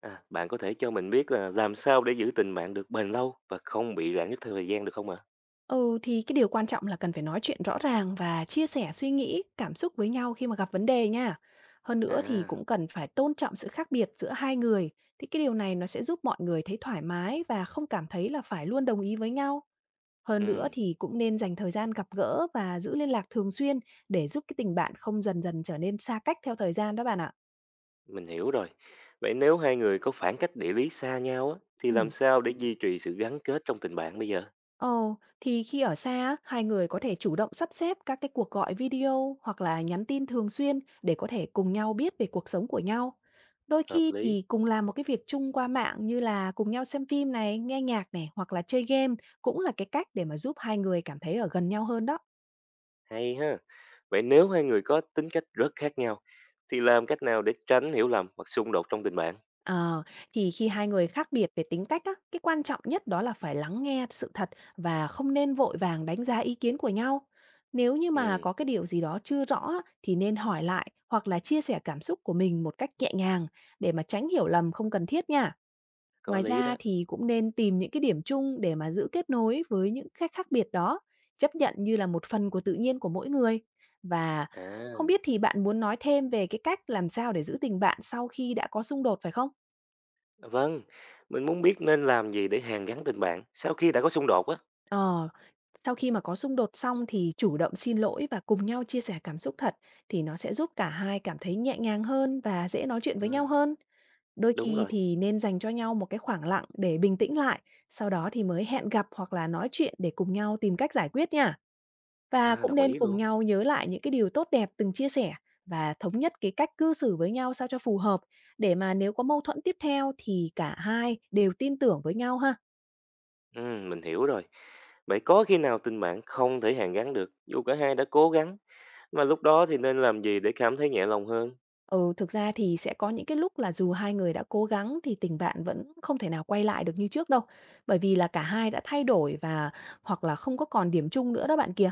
À, bạn có thể cho mình biết là làm sao để giữ tình bạn được bền lâu và không bị rạn nứt theo thời gian được không ạ? Ừ, thì cái điều quan trọng là cần phải nói chuyện rõ ràng và chia sẻ suy nghĩ, cảm xúc với nhau khi mà gặp vấn đề nha. Hơn nữa thì À, cũng cần phải tôn trọng sự khác biệt giữa hai người. Thì cái điều này nó sẽ giúp mọi người thấy thoải mái và không cảm thấy là phải luôn đồng ý với nhau. Hơn nữa ừ, thì cũng nên dành thời gian gặp gỡ và giữ liên lạc thường xuyên để giúp cái tình bạn không dần dần trở nên xa cách theo thời gian đó bạn ạ. mình hiểu rồi. Vậy nếu hai người có khoảng cách địa lý xa nhau á, thì làm Ừ. sao để duy trì sự gắn kết trong tình bạn bây giờ? Ồ, thì khi ở xa á, hai người có thể chủ động sắp xếp các cái cuộc gọi video hoặc là nhắn tin thường xuyên để có thể cùng nhau biết về cuộc sống của nhau. Đôi Hợp khi lý, thì cùng làm một cái việc chung qua mạng như là cùng nhau xem phim này, nghe nhạc này hoặc là chơi game cũng là cái cách để mà giúp hai người cảm thấy ở gần nhau hơn đó. hay ha. Vậy nếu hai người có tính cách rất khác nhau, thì làm cách nào để tránh hiểu lầm hoặc xung đột trong tình bạn? Ờ, thì khi hai người khác biệt về tính cách á, cái quan trọng nhất đó là phải lắng nghe sự thật và không nên vội vàng đánh giá ý kiến của nhau. Nếu như mà Ừ, có cái điều gì đó chưa rõ á, thì nên hỏi lại hoặc là chia sẻ cảm xúc của mình một cách nhẹ nhàng để mà tránh hiểu lầm không cần thiết nha. có Ngoài lý ra đó. thì cũng nên tìm những cái điểm chung để mà giữ kết nối với những cái khác biệt đó, chấp nhận như là một phần của tự nhiên của mỗi người. Và À, không biết thì bạn muốn nói thêm về cái cách làm sao để giữ tình bạn sau khi đã có xung đột phải không? vâng, mình muốn biết nên làm gì để hàn gắn tình bạn sau khi đã có xung đột á. Ờ, sau khi mà có xung đột xong thì chủ động xin lỗi và cùng nhau chia sẻ cảm xúc thật thì nó sẽ giúp cả hai cảm thấy nhẹ nhàng hơn và dễ nói chuyện với nhau À, hơn. Đôi đúng khi rồi, thì nên dành cho nhau một cái khoảng lặng để bình tĩnh lại, sau đó thì mới hẹn gặp hoặc là nói chuyện để cùng nhau tìm cách giải quyết nha. Và à, cũng đồng nên ý cùng luôn. nhau nhớ lại những cái điều tốt đẹp từng chia sẻ và thống nhất cái cách cư xử với nhau sao cho phù hợp để mà nếu có mâu thuẫn tiếp theo thì cả hai đều tin tưởng với nhau ha. Mình hiểu rồi. Vậy có khi nào tình bạn không thể hàn gắn được dù cả hai đã cố gắng mà lúc đó thì nên làm gì để cảm thấy nhẹ lòng hơn? Ừ, thực ra thì sẽ có những cái lúc là dù hai người đã cố gắng thì tình bạn vẫn không thể nào quay lại được như trước đâu. Bởi vì là cả hai đã thay đổi và hoặc là không có còn điểm chung nữa đó bạn kia.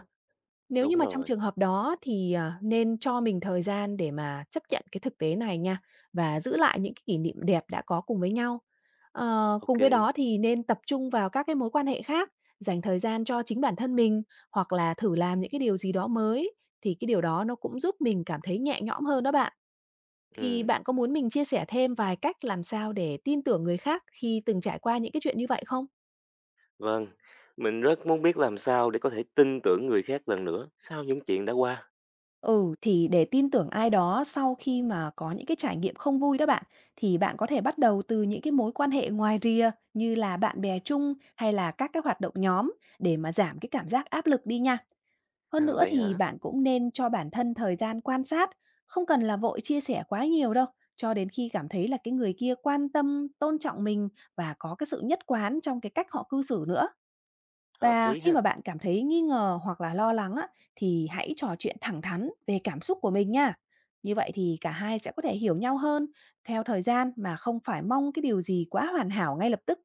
Nếu như Đúng mà trong rồi. trường hợp đó thì, à, nên cho mình thời gian để mà chấp nhận cái thực tế này nha, và giữ lại những cái kỷ niệm đẹp đã có cùng với nhau. Ờ, cùng Ok. với đó thì nên tập trung vào các cái mối quan hệ khác, dành thời gian cho chính bản thân mình, hoặc là thử làm những cái điều gì đó mới, thì cái điều đó nó cũng giúp mình cảm thấy nhẹ nhõm hơn đó bạn. Thì Ừm, bạn có muốn mình chia sẻ thêm vài cách làm sao để tin tưởng người khác khi từng trải qua những cái chuyện như vậy không? vâng. Mình rất muốn biết làm sao để có thể tin tưởng người khác lần nữa sau những chuyện đã qua. Ừ, thì để tin tưởng ai đó sau khi mà có những cái trải nghiệm không vui đó bạn, thì bạn có thể bắt đầu từ những cái mối quan hệ ngoài rìa như là bạn bè chung hay là các cái hoạt động nhóm để mà giảm cái cảm giác áp lực đi nha. Hơn À nữa vậy thì hả? bạn cũng nên cho bản thân thời gian quan sát, không cần là vội chia sẻ quá nhiều đâu, cho đến khi cảm thấy là cái người kia quan tâm, tôn trọng mình và có cái sự nhất quán trong cái cách họ cư xử nữa. Hợp Và lý khi mà ha. bạn cảm thấy nghi ngờ hoặc là lo lắng á, thì hãy trò chuyện thẳng thắn về cảm xúc của mình nha. Như vậy thì cả hai sẽ có thể hiểu nhau hơn theo thời gian mà không phải mong cái điều gì quá hoàn hảo ngay lập tức.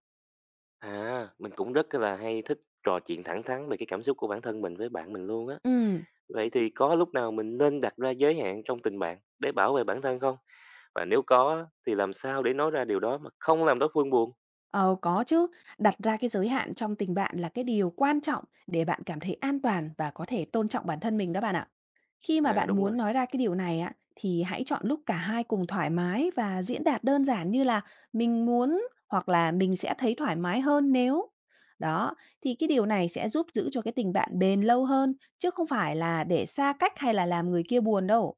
À, mình cũng rất là hay thích trò chuyện thẳng thắn về cái cảm xúc của bản thân mình với bạn mình luôn á. Ừ. Vậy thì có lúc nào mình nên đặt ra giới hạn trong tình bạn để bảo vệ bản thân không? Và nếu có thì làm sao để nói ra điều đó mà không làm đối phương buồn? Ờ, có chứ. Đặt ra cái giới hạn trong tình bạn là cái điều quan trọng để bạn cảm thấy an toàn và có thể tôn trọng bản thân mình đó bạn ạ. Khi mà À bạn đúng muốn rồi. nói ra cái điều này á, thì hãy chọn lúc cả hai cùng thoải mái và diễn đạt đơn giản như là mình muốn hoặc là mình sẽ thấy thoải mái hơn nếu. Đó, thì cái điều này sẽ giúp giữ cho cái tình bạn bền lâu hơn, chứ không phải là để xa cách hay là làm người kia buồn đâu.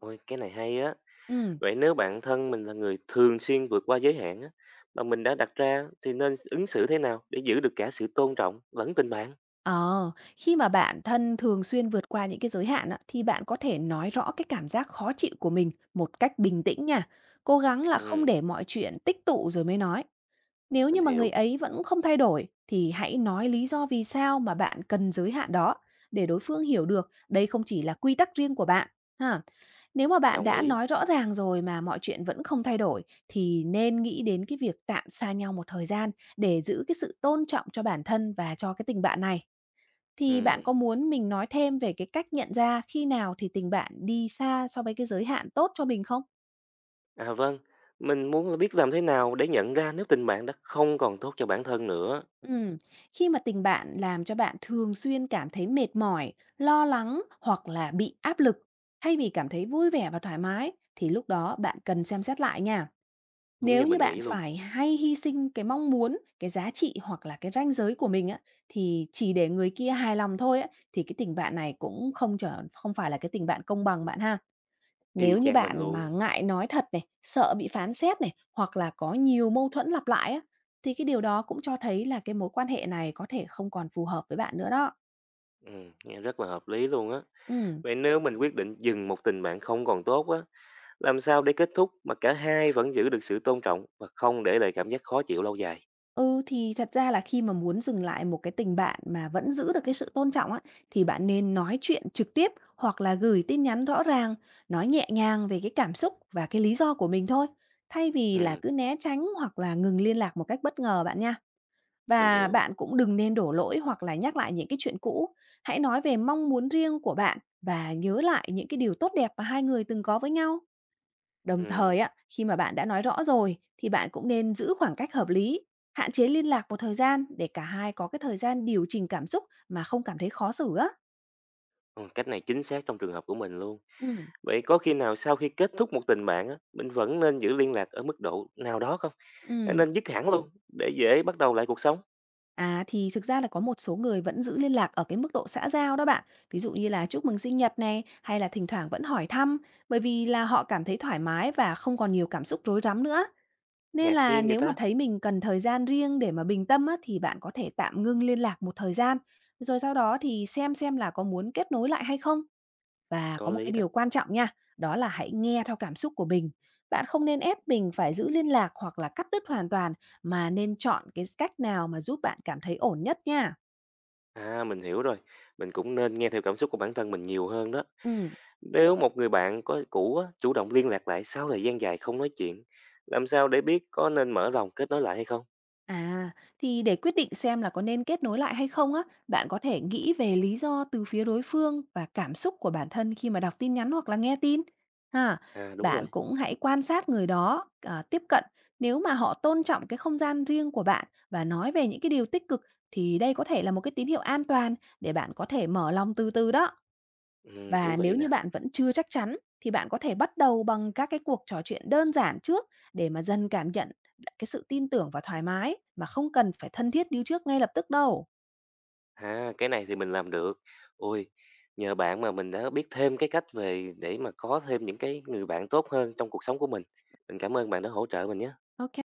Ôi cái này hay á. Ừ. Vậy nếu bạn thân mình là người thường xuyên vượt qua giới hạn á mà mình đã đặt ra thì nên ứng xử thế nào để giữ được cả sự tôn trọng lẫn tình bạn? Ờ, khi mà bạn thân thường xuyên vượt qua những cái giới hạn á, thì bạn có thể nói rõ cái cảm giác khó chịu của mình một cách bình tĩnh nha. Cố gắng là không Ừ, để mọi chuyện tích tụ rồi mới nói. Nếu mình như mà người hiểu, ấy vẫn không thay đổi thì hãy nói lý do vì sao mà bạn cần giới hạn đó để đối phương hiểu được đây không chỉ là quy tắc riêng của bạn. Ha, nếu mà bạn đồng đã ý. nói rõ ràng rồi mà mọi chuyện vẫn không thay đổi thì nên nghĩ đến cái việc tạm xa nhau một thời gian để giữ cái sự tôn trọng cho bản thân và cho cái tình bạn này. Ừ. Thì bạn có muốn mình nói thêm về cái cách nhận ra khi nào thì tình bạn đi xa so với cái giới hạn tốt cho mình không? À vâng, mình muốn là biết làm thế nào để nhận ra nếu tình bạn đã không còn tốt cho bản thân nữa. Ừm, khi mà tình bạn làm cho bạn thường xuyên cảm thấy mệt mỏi, lo lắng hoặc là bị áp lực, thay vì cảm thấy vui vẻ và thoải mái, thì lúc đó bạn cần xem xét lại nha. Đúng Nếu như như mình bạn nghĩ luôn, phải hay hy sinh cái mong muốn, cái giá trị hoặc là cái ranh giới của mình á, thì chỉ để người kia hài lòng thôi á, thì cái tình bạn này cũng không trở không phải là cái tình bạn công bằng bạn ha. y Nếu như chang mình bạn mà luôn. ngại nói thật này, sợ bị phán xét này, hoặc là có nhiều mâu thuẫn lặp lại á, thì cái điều đó cũng cho thấy là cái mối quan hệ này có thể không còn phù hợp với bạn nữa đó. Ừ, nghe rất là hợp lý luôn á. Ừ. Vậy nếu mình quyết định dừng một tình bạn không còn tốt á. Làm sao để kết thúc mà cả hai vẫn giữ được sự tôn trọng và không để lại cảm giác khó chịu lâu dài? Ừ, thì thật ra là khi mà muốn dừng lại một cái tình bạn mà vẫn giữ được cái sự tôn trọng á, thì bạn nên nói chuyện trực tiếp hoặc là gửi tin nhắn rõ ràng, nói nhẹ nhàng về cái cảm xúc và cái lý do của mình thôi, thay vì là Ừm, cứ né tránh hoặc là ngừng liên lạc một cách bất ngờ bạn nha. mình Và hiểu. bạn cũng đừng nên đổ lỗi hoặc là nhắc lại những cái chuyện cũ. Hãy nói về mong muốn riêng của bạn và nhớ lại những cái điều tốt đẹp mà hai người từng có với nhau. Đồng thời Ừm, á, khi mà bạn đã nói rõ rồi thì bạn cũng nên giữ khoảng cách hợp lý, hạn chế liên lạc một thời gian để cả hai có cái thời gian điều chỉnh cảm xúc mà không cảm thấy khó xử á. ừ, cách này chính xác trong trường hợp của mình luôn. Ừ. Vậy có khi nào sau khi kết thúc một tình bạn á, mình vẫn nên giữ liên lạc ở mức độ nào đó không? Hay Ừ. nên dứt hẳn luôn để dễ bắt đầu lại cuộc sống. À, thì thực ra là có một số người vẫn giữ liên lạc ở cái mức độ xã giao đó bạn. Ví dụ như là chúc mừng sinh nhật này, hay là thỉnh thoảng vẫn hỏi thăm, bởi vì là họ cảm thấy thoải mái và không còn nhiều cảm xúc rối rắm nữa. Nên Ngạc là nhiên vậy nếu mà ta? thấy mình cần thời gian riêng để mà bình tâm á, thì bạn có thể tạm ngưng liên lạc một thời gian, rồi sau đó thì xem là có muốn kết nối lại hay không. Và có Có một cái lý đó. điều quan trọng nha, đó là hãy nghe theo cảm xúc của mình. Bạn không nên ép mình phải giữ liên lạc hoặc là cắt đứt hoàn toàn mà nên chọn cái cách nào mà giúp bạn cảm thấy ổn nhất nha. À, mình hiểu rồi. Mình cũng nên nghe theo cảm xúc của bản thân mình nhiều hơn đó. Ừ. Nếu một người bạn có cũ á, chủ động liên lạc lại sau thời gian dài không nói chuyện, làm sao để biết có nên mở lòng kết nối lại hay không? À, thì để quyết định xem là có nên kết nối lại hay không á, bạn có thể nghĩ về lý do từ phía đối phương và cảm xúc của bản thân khi mà đọc tin nhắn hoặc là nghe tin. Ha, À, đúng bạn rồi. cũng hãy quan sát người đó à, tiếp cận. Nếu mà họ tôn trọng cái không gian riêng của bạn và nói về những cái điều tích cực thì đây có thể là một cái tín hiệu an toàn để bạn có thể mở lòng từ từ đó. Và Thú nếu vị nè. như bạn vẫn chưa chắc chắn thì bạn có thể bắt đầu bằng các cái cuộc trò chuyện đơn giản trước để mà dần cảm nhận cái sự tin tưởng và thoải mái mà không cần phải thân thiết như trước ngay lập tức đâu. À, cái này thì mình làm được. Ôi, nhờ bạn mà mình đã biết thêm cái cách về để mà có thêm những cái người bạn tốt hơn trong cuộc sống của mình. Mình cảm ơn bạn đã hỗ trợ mình nhé. Ok.